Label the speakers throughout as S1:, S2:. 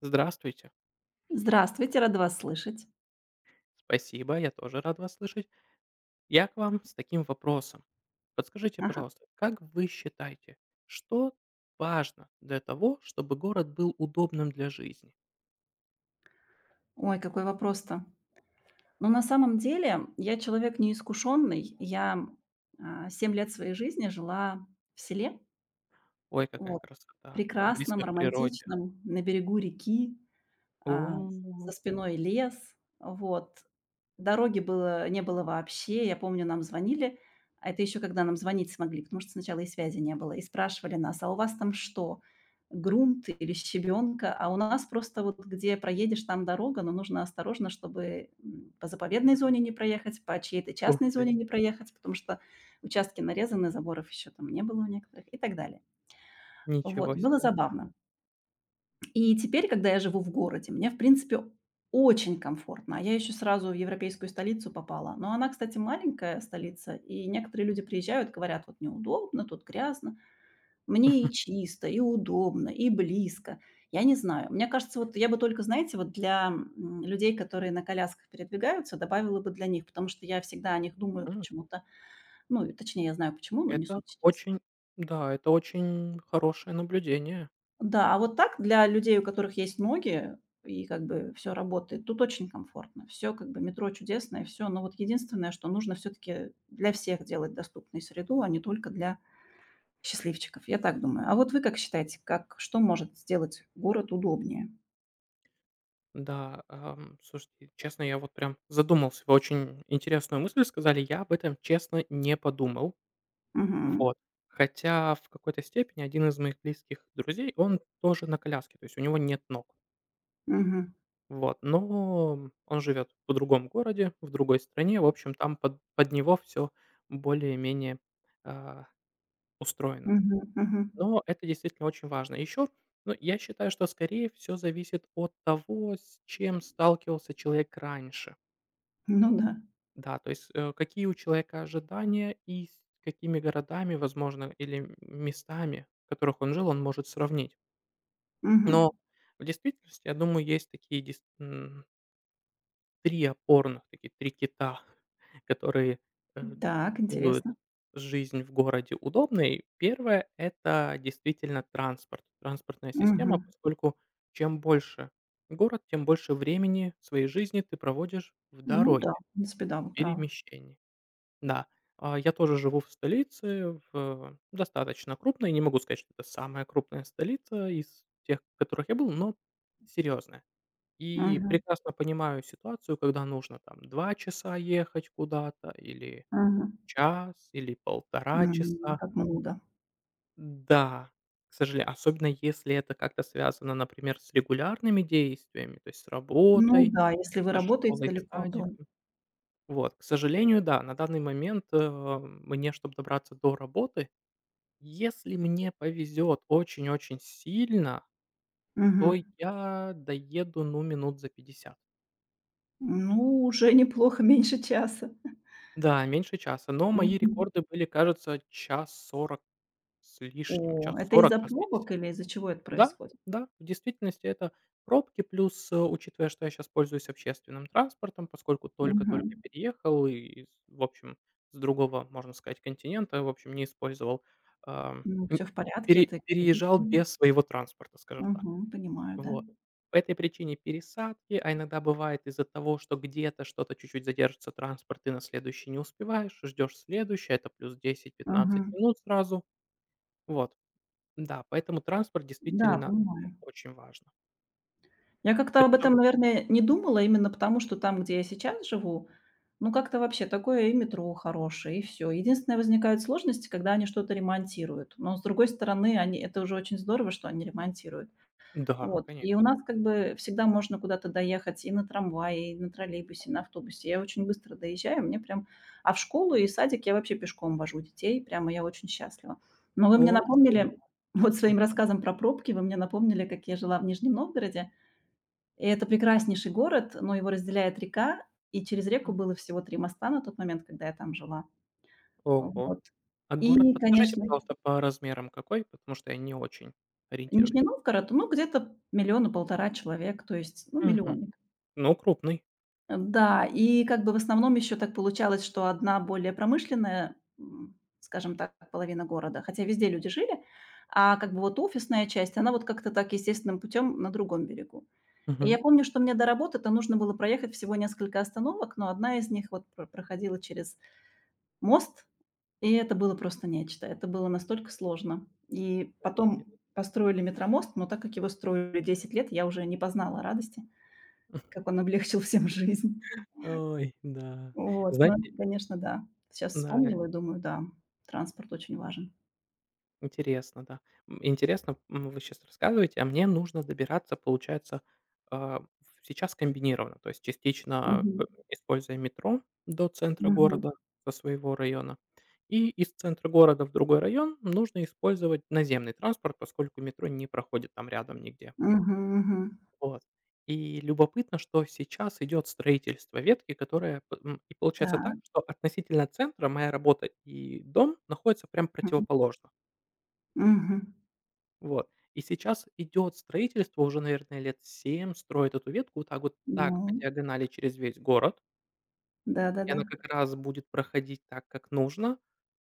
S1: Здравствуйте.
S2: Здравствуйте, рада вас слышать.
S1: Спасибо, я тоже рад вас слышать. Я к вам с таким вопросом. Подскажите,
S2: Ага.
S1: пожалуйста, как вы считаете, что важно для того, чтобы город был удобным для жизни?
S2: Ой, какой вопрос-то. Ну, на самом деле, я человек неискушенный. Я, 7 лет своей жизни жила в селе,
S1: Ой, какая
S2: вот,
S1: красота. Близко
S2: прекрасном,
S1: к природе.
S2: романтичном, на берегу реки. А, за
S1: О,
S2: спиной лес, вот. Дороги было не было вообще. Я помню, нам звонили, а это еще когда нам звонить смогли, потому что сначала и связи не было, и спрашивали нас: "А у вас там что, грунт или щебенка?" А у нас просто вот где проедешь, там дорога, но нужно осторожно, чтобы, по заповедной зоне не проехать, по чьей-то
S1: ух
S2: частной
S1: ты,
S2: зоне не проехать, потому что участки нарезаны, заборов еще там не было у некоторых и так далее.
S1: ничего
S2: Вот, было
S1: себе.
S2: забавно. И теперь, когда я живу в городе, мне, в принципе, очень комфортно. А я еще сразу в европейскую столицу попала. Но она, кстати, маленькая столица, и некоторые люди приезжают, говорят, вот неудобно, тут грязно. Мне и чисто, и удобно, и близко. Я не знаю. Мне кажется, вот я бы только, знаете, вот для людей, которые на колясках передвигаются, добавила бы для них, потому что я всегда о них думаю
S1: М,
S2: почему-то. Ну, и точнее, я знаю почему, но не
S1: Это
S2: суть сейчас.
S1: очень, да, это очень хорошее наблюдение.
S2: Да, а вот так для людей, у которых есть ноги, и как бы все работает, тут очень комфортно. Все как бы метро чудесное, все. Но вот единственное, что нужно все таки для всех делать доступной среду, а не только для счастливчиков. Я так думаю. А вот вы как считаете, как что может сделать город удобнее?
S1: Да, слушайте, честно, я вот прям задумался. Вы очень интересную мысль сказали. Я об этом, честно, не подумал.
S2: Мгм.
S1: Вот. Хотя в какой-то степени один из моих близких друзей, он тоже на коляске, то есть у него нет ног.
S2: Мгм.
S1: Вот, но он живет в другом городе, в другой стране, в общем, там под него все более-менее, а, устроено.
S2: Мгм. Мгм.
S1: Но это действительно очень важно. Еще, ну, я считаю, что скорее все зависит от того, с чем сталкивался человек раньше.
S2: Ну да.
S1: Да, то есть, какие у человека ожидания и с какими городами, возможно, или местами, в которых он жил, он может сравнить. Но
S2: Мгм.
S1: в действительности, я думаю, есть такие три опорных, такие 3 кита, которые, э,
S2: Так,
S1: делают
S2: интересно.
S1: жизнь в городе удобной. Первое это действительно транспорт, транспортная
S2: Мгм.
S1: система, поскольку чем больше город, тем больше времени своей жизни ты проводишь в
S2: Ну
S1: дороге,
S2: да, в принципе, да,
S1: в
S2: вы правы.
S1: перемещении. Да, я тоже живу в столице, в достаточно крупной. Не могу сказать, что это самая крупная столица из тех, в которых я был, но серьезная. И
S2: Мгм.
S1: прекрасно понимаю ситуацию, когда нужно там 2 часа ехать куда-то или
S2: Мгм.
S1: час, или полтора
S2: М,
S1: часа.
S2: как много.
S1: Да, к сожалению, особенно если это как-то связано, например, с регулярными действиями, то есть с
S2: Ну
S1: работой,
S2: да, если вы
S1: со
S2: работаете
S1: школой,
S2: далеко от дома.
S1: садиком. Вот, к сожалению, да, на данный момент, мне, чтобы добраться до работы, если мне повезет очень-очень сильно, то
S2: Мгм.
S1: я доеду, ну, минут за 50.
S2: Ну, уже неплохо, меньше часа.
S1: Да, меньше часа, но мои
S2: Мгм.
S1: рекорды были, кажется, час 40 с лишним, час
S2: О, это
S1: 40,
S2: из-за
S1: час
S2: пробок
S1: 50.
S2: или из-за чего это
S1: Да,
S2: происходит?
S1: да, в действительности это пробки, плюс, учитывая, что я сейчас пользуюсь общественным транспортом, поскольку только-только
S2: Мгм.
S1: переехал и, с в общем, с другого, можно сказать, континента, в общем, не использовал, ам,
S2: Ну,
S1: м,
S2: всё в порядке,
S1: пере
S2: это
S1: переезжал
S2: экологично.
S1: без своего транспорта, скажем так.
S2: Мгм, понимаю, да.
S1: Вот. По этой причине пересадки, а иногда бывает из-за того, что где-то что-то чуть-чуть задержится транспорт, ты на следующий не успеваешь, ждешь следующий, это плюс десять-пятнадцать
S2: Мгм.
S1: минут сразу. Вот. Да, поэтому транспорт
S2: Да,
S1: действительно это
S2: понимаю.
S1: очень важно.
S2: Я как-то об
S1: Причем
S2: этом, наверное, не думала именно потому, что там, где я сейчас живу, ну, как-то вообще такое и метро хорошее, и все. Единственное, возникают сложности, когда они что-то ремонтируют. Но, с другой стороны, они это уже очень здорово, что они ремонтируют.
S1: да,
S2: Вот. И у
S1: конечно.
S2: нас как бы всегда можно куда-то доехать и на трамвае, и на троллейбусе, и на автобусе. Я очень быстро доезжаю, мне прям. А в школу и садик я вообще пешком вожу детей, прямо я очень счастлива. Но вы мне
S1: Ой, здорово.
S2: напомнили, вот своим
S1: Мгм,
S2: рассказом про пробки, вы мне напомнили, как я жила в Нижнем Новгороде. И это прекраснейший город, но его разделяет река, и через
S1: м.
S2: реку было всего 3 моста на тот момент, когда я там жила.
S1: Ого.
S2: Вот.
S1: А город
S2: И,
S1: подскажите,
S2: конечно,
S1: пожалуйста, по размерам какой? Потому что я не очень
S2: Нижний
S1: ориентируюсь.
S2: Новгород, ну, где-то 1 полтора человек, то есть, ну,
S1: Мгм.
S2: миллионник.
S1: Ну, крупный.
S2: Да, и как бы в основном еще так получалось, что одна более промышленная, скажем так, половина города, хотя везде люди жили, а как бы вот офисная часть, она вот как-то так естественным путем на другом берегу. И
S1: Мгм.
S2: я помню, что мне до работы-то нужно было проехать всего несколько остановок, но одна из них вот проходила через мост, и это было просто нечто. Это было настолько сложно. И
S1: Знаете,
S2: потом построили метромост, но так как его строили 10 лет, я уже не познала радости, как он облегчил всем жизнь.
S1: Ой, да.
S2: Вот, ну
S1: Знаете,
S2: это, конечно, да. Сейчас
S1: да.
S2: вспомнила и думаю, да, транспорт очень важен.
S1: Интересно, да. Интересно, вы сейчас рассказываете, а мне нужно добираться, получается, а, в сейчас комбинированно, то есть частично,
S2: Мгм.
S1: используя метро до центра
S2: Мгм.
S1: города, со своего района, и из центра города в другой район нужно использовать наземный транспорт, поскольку метро не проходит там рядом нигде.
S2: Мгм, мгм.
S1: Вот. И любопытно, что сейчас идет строительство ветки, и получается так,
S2: Так.
S1: что относительно центра моя работа и дом находятся прям
S2: Мгм.
S1: противоположно.
S2: Мгм.
S1: Вот. И сейчас идет строительство, уже, наверное, лет семь, строят эту ветку вот так вот, так по
S2: Ну
S1: диагонали через весь город. И
S2: да-да-да.
S1: она как раз будет проходить так, как нужно.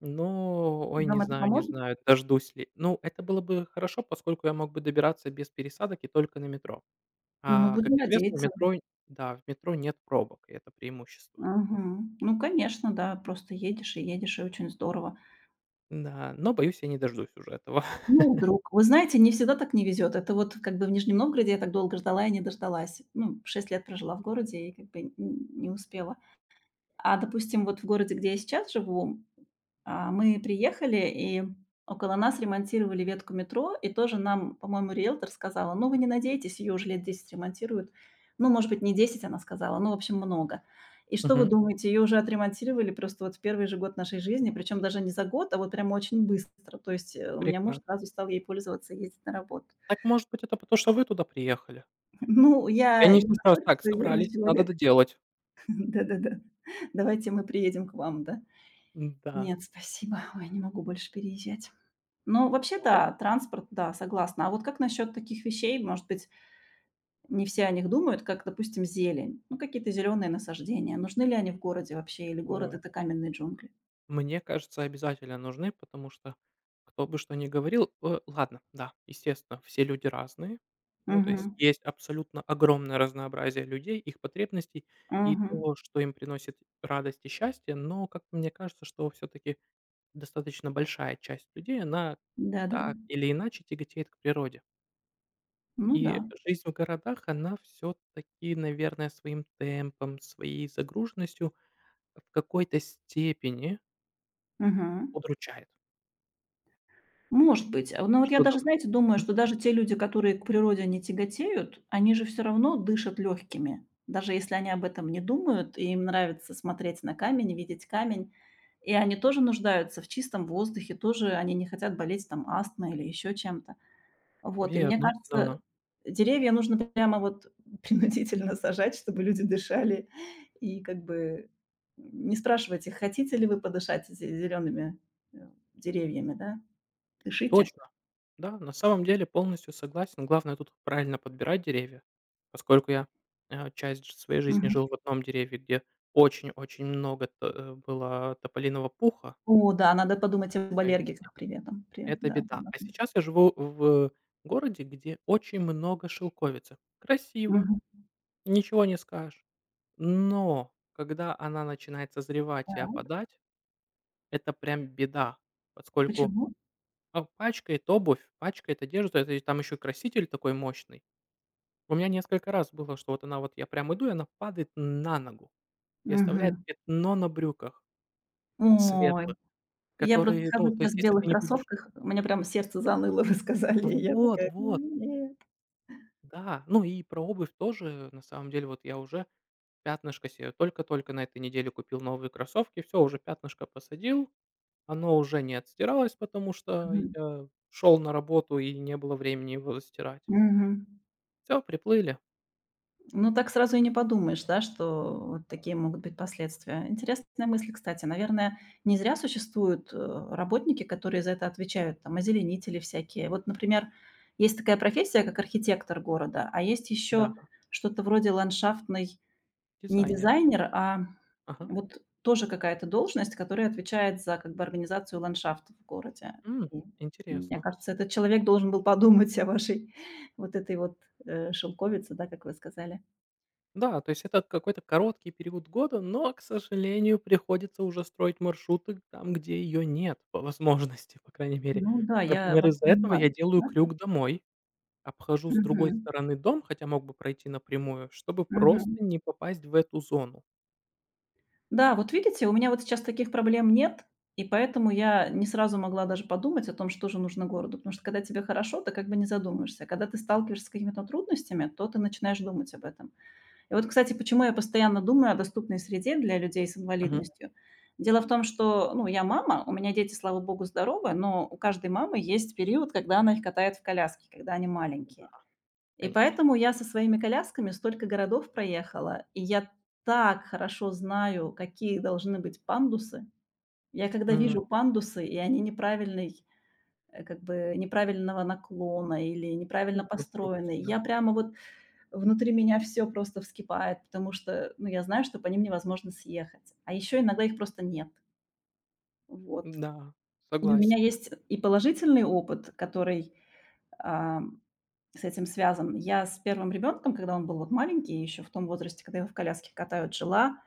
S1: Но,
S2: И
S1: ой, не
S2: вам это
S1: знаю, не
S2: поможет?
S1: знаю, дождусь ли. Ну, это было бы хорошо, поскольку я мог бы добираться без пересадок и только на метро.
S2: Ну,
S1: А, как
S2: будем
S1: известно,
S2: надеяться.
S1: да, в метро нет пробок, и это преимущество.
S2: Мгм. Ну, конечно, да, просто едешь и едешь, и очень здорово.
S1: Да, но, боюсь, я не дождусь уже этого.
S2: Ну, вдруг. Вы знаете, не всегда так не везет. Это вот как бы в Нижнем Новгороде я так долго ждала и не дождалась. Ну, 6 лет прожила в городе и как бы н не успела. А, допустим, вот в городе, где я сейчас живу, мы приехали, и около нас ремонтировали ветку метро, и тоже нам, по-моему, риэлтор сказала, ну, вы не надейтесь, ее уже лет 10 ремонтируют. Ну, может быть, не 10, она сказала, ну, в общем, много. И что вы
S1: Мгм.
S2: думаете, ее уже отремонтировали просто вот в первый же год нашей жизни, причем даже не за год, а вот прямо очень быстро. То есть у меня муж
S1: Прекрасно.
S2: сразу стал ей пользоваться, ездить на работу.
S1: Так, может быть, это потому, что вы туда приехали?
S2: Ну,
S1: И
S2: я
S1: они
S2: не
S1: все сразу
S2: настолько
S1: так
S2: суеверный
S1: собрались, надо
S2: человек.
S1: доделать.
S2: Да-да-да. Давайте мы приедем к вам, да?
S1: Да.
S2: Нет, спасибо. Ой, не могу больше переезжать. Ну, вообще,
S1: О,
S2: да, транспорт, да, согласна. А вот как насчет таких вещей? Может быть, не все о них думают, как, допустим, зелень. Ну, какие-то зеленые насаждения. Нужны ли они в городе вообще? Или город
S1: ой.
S2: это каменные джунгли?
S1: Мне кажется, обязательно нужны, потому что кто бы что ни говорил ладно, да, естественно, все люди разные. Ну, то есть
S2: Угу,
S1: есть абсолютно огромное разнообразие людей, их потребностей и
S2: угу.
S1: то, что им приносит радость и счастье. Но как-то мне кажется, что все таки достаточно большая часть людей, она
S2: Да-да-да.
S1: так или иначе тяготеет к природе.
S2: Ну да.
S1: И жизнь в городах, она все таки наверное, своим темпом, своей загруженностью в какой-то степени
S2: Угу.
S1: удручает.
S2: Может быть. А, но вот я
S1: Что
S2: даже,
S1: думаете?
S2: знаете, думаю,
S1: Мгм.
S2: что даже те люди, которые к природе не тяготеют, они же все равно дышат легкими, даже если они об этом не думают, и им нравится смотреть на камень, видеть камень, и они тоже нуждаются в чистом воздухе, тоже они не хотят болеть там астмой или еще чем-то. Вот, и мне
S1: Верно, да.
S2: кажется, деревья нужно прямо вот принудительно сажать, чтобы люди дышали. И как бы не спрашивайте: "Хотите ли вы подышать зе зелёными, э, деревьями?" Да? Дышите.
S1: Точно. Да, на самом деле полностью согласен. Главное тут правильно подбирать деревья. Поскольку я, часть ж своей жизни
S2: Мгм.
S1: жил в одном дереве, где очень-очень много было тополиного пуха
S2: О да, надо подумать об
S1: по весне.
S2: аллергиках при этом. При
S1: Это
S2: да,
S1: беда. А
S2: согласна.
S1: сейчас я живу в городе, где очень много шелковицы. Красиво,
S2: Мгм.
S1: ничего не скажешь. Но когда она начинает созревать и
S2: Так,
S1: опадать, это прям беда, поскольку,
S2: почему?
S1: пачкает обувь, пачкает одежду, это и там еще краситель такой мощный. У меня несколько раз было, что вот она вот я прям иду, и она падает на ногу и оставляет
S2: Мгм.
S1: пятно на брюках
S2: Ой,
S1: светлых,
S2: я просто
S1: которые, ну,
S2: хожу
S1: то
S2: сейчас
S1: есть,
S2: в
S1: если ты
S2: белых
S1: не побежишь,
S2: кроссовках, у меня прям сердце заныло, вы сказали, и я
S1: вот,
S2: такая: "Ну
S1: вот,
S2: нет".
S1: да. Ну и про обувь тоже, на самом деле, вот я уже пятнышко себе только-только на этой неделе купил новые кроссовки, все уже пятнышко посадил. Оно уже не отстиралось, потому что
S2: Мгм.
S1: я шел на работу и не было времени его застирать.
S2: Мгм.
S1: Все приплыли.
S2: Ну, так сразу и не подумаешь, да, что вот такие могут быть последствия. Интересная мысль, кстати. Наверное, не зря существуют работники, которые за это отвечают, там, озеленители всякие. Вот, например, есть такая профессия, как архитектор города, а есть еще
S1: Да,
S2: что-то вроде ландшафтный, не
S1: дизайнер.
S2: дизайнер, а
S1: Ага.
S2: вот тоже какая-то должность, которая отвечает за как бы организацию ландшафта в городе.
S1: М,
S2: И мне
S1: интересно.
S2: кажется, этот человек должен был подумать о вашей вот этой вот шелковице, да, как вы сказали.
S1: Да, то есть это какой-то короткий период года, но, к сожалению, приходится уже строить маршруты там, где ее нет, по возможности, по крайней мере.
S2: Ну да, я
S1: Например,
S2: вас
S1: из-за этого я
S2: понимаю.
S1: делаю
S2: Нас.
S1: крюк домой, обхожу с другой
S2: Мгм.
S1: стороны дом, хотя мог бы пройти напрямую, чтобы
S2: Мгм.
S1: просто не попасть в эту зону.
S2: Да, вот видите, у меня вот сейчас таких проблем нет, и поэтому я не сразу могла даже подумать о том, что же нужно городу. Потому что когда тебе хорошо, ты как бы не задумываешься. Когда ты сталкиваешься с какими-то трудностями, то ты начинаешь думать об этом. И вот, кстати, почему я постоянно думаю о доступной среде для людей с
S1: Мгм.
S2: инвалидностью. Дело в том, что, ну, я мама, у меня дети, слава богу, здоровы, но у каждой мамы есть период, когда она их катает в коляске, когда они
S1: Да,
S2: маленькие. И
S1: конечно.
S2: поэтому я со своими колясками столько городов проехала, и я так хорошо знаю, какие должны быть пандусы. Я когда
S1: М,
S2: вижу пандусы, и они неправильной, как бы неправильного наклона или неправильно
S1: конструкция,
S2: построены,
S1: да.
S2: я прямо вот внутри меня все просто вскипает, потому что, ну, я знаю, что по ним невозможно съехать. А еще иногда их просто нет. Вот.
S1: Да,
S2: И у меня
S1: согласен.
S2: есть и положительный опыт, который, ам с этим связан. Я с первым ребенком, когда он был вот маленький, еще в том возрасте, когда его в коляске катают, жила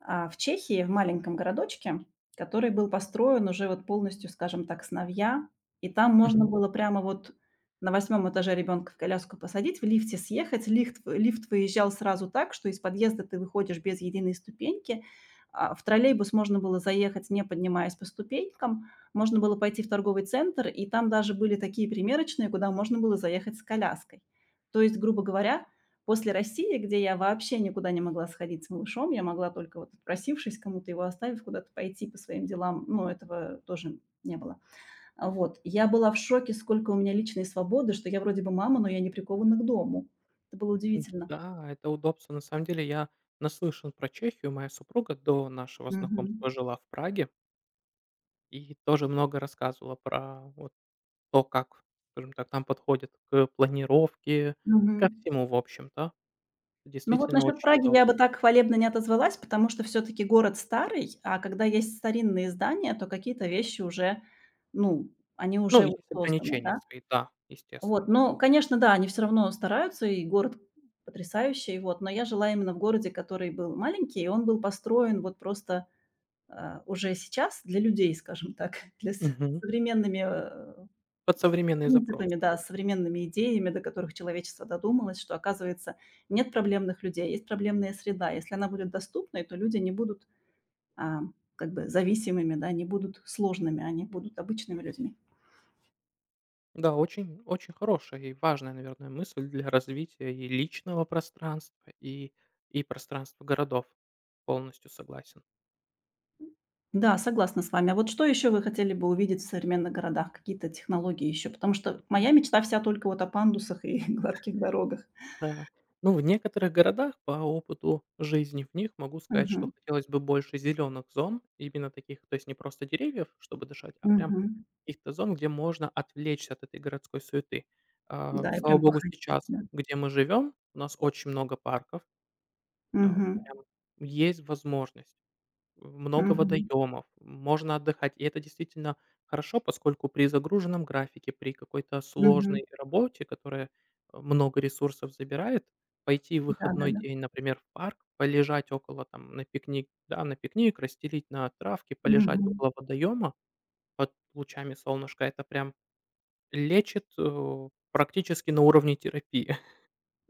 S2: в Чехии, в маленьком городочке, который был построен уже вот полностью, скажем так, с новья. И там можно
S1: Мгм.
S2: было прямо вот на восьмом этаже ребенка в коляску посадить, в лифте съехать. Лифт выезжал сразу так, что из подъезда ты выходишь без единой ступеньки. А, в троллейбус можно было заехать, не поднимаясь по ступенькам. Можно было пойти в торговый центр, и там даже были такие примерочные, куда можно было заехать с коляской. То есть, грубо говоря, после России, где я вообще никуда не могла сходить с малышом, я могла только вот отпросившись кому-то, его оставив, куда-то пойти по своим делам, но этого тоже не было. А, вот. Я была в шоке, сколько у меня личной свободы, что я вроде бы мама, но я не прикована к дому. Это было удивительно.
S1: Да, это удобство. На самом деле я наслышан про Чехию. Моя супруга до нашего
S2: Мгм.
S1: знакомства жила в Праге и тоже много рассказывала про вот то, как, скажем так, там подходят к планировке, ко
S2: Мгм.
S1: всему, в общем-то.
S2: Ну вот
S1: Действительно
S2: насчет
S1: очень
S2: Праги
S1: удобно.
S2: я бы так хвалебно не отозвалась, потому что все-таки город старый, а когда есть старинные здания, то какие-то вещи уже, ну, они
S1: Ну,
S2: уже вот
S1: есть
S2: созданы,
S1: ограничения
S2: да.
S1: свои, да,
S2: Вот,
S1: естественно.
S2: но, конечно, да, они все равно стараются, и город потрясающий, вот. Но я жила именно в городе, который был маленький, и он был построен вот просто, уже сейчас для людей, скажем так, для с
S1: Мгм.
S2: современными,
S1: Под
S2: вот эт
S1: современные запросы.
S2: принципами, да, с современными идеями, до которых человечество додумалось, что, оказывается, нет проблемных людей, есть проблемная среда. Если она будет доступной, то люди не будут, а, как бы зависимыми, да, не будут сложными, они будут обычными людьми.
S1: Да, очень очень хорошая и важная, наверное, мысль для развития и личного пространства, и пространства городов. Полностью согласен.
S2: Да, согласна с вами. А вот что еще вы хотели бы увидеть в современных городах? Какие-то технологии еще? Потому что
S1: Мгм.
S2: моя мечта вся только вот о пандусах и гладких дорогах.
S1: Да. Ну, в некоторых городах, по опыту жизни в них, могу сказать, что
S2: Мгм.
S1: хотелось бы больше зеленых зон, именно таких, то есть не просто деревьев, чтобы дышать, а прям
S2: Мгм.
S1: каких-то зон, где можно отвлечься от этой городской суеты. А,
S2: Да, и
S1: слава
S2: прям
S1: богу,
S2: походить,
S1: сейчас,
S2: да.
S1: где мы живем, у нас очень много парков,
S2: Мгм.
S1: прям есть возможность. Много
S2: Мгм.
S1: водоемов, можно отдыхать. И это действительно хорошо, поскольку при загруженном графике, при какой-то
S2: Мгм.
S1: сложной работе, которая много ресурсов забирает, пойти в выходной
S2: Да-да-да.
S1: день, например, в парк, полежать около там на пикник, да, на пикник, расстелить на травке, полежать
S2: Мгм.
S1: около водоема под лучами солнышка, это прям лечит практически на уровне терапии.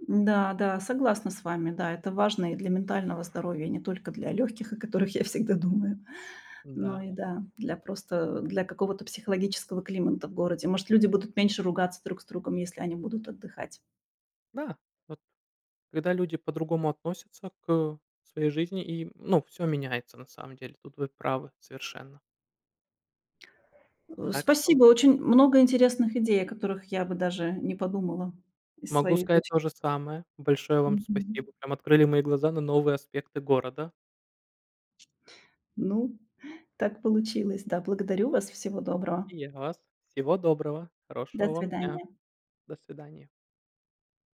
S2: Да, да, согласна с вами. Да, это важно и для ментального здоровья, не только для легких, о которых я всегда думаю, но
S1: Да,
S2: и да, для просто для какого-то психологического климата в городе. Может, люди будут меньше ругаться друг с другом, если они будут отдыхать.
S1: да, вот. Когда люди по-другому относятся к своей жизни, и, ну, все меняется на самом деле. Тут вы правы совершенно. Так что
S2: Спасибо, очень много интересных идей, о которых я бы даже не подумала из
S1: могу
S2: своей
S1: сказать то
S2: точки.
S1: же самое. Большое вам
S2: Мгм.
S1: спасибо. Прям открыли мои глаза на новые аспекты города.
S2: Ну, так получилось, да. Благодарю вас. Всего доброго.
S1: И я вас. Всего доброго.
S2: До
S1: Хорошего вам дня.
S2: свидания.
S1: До свидания.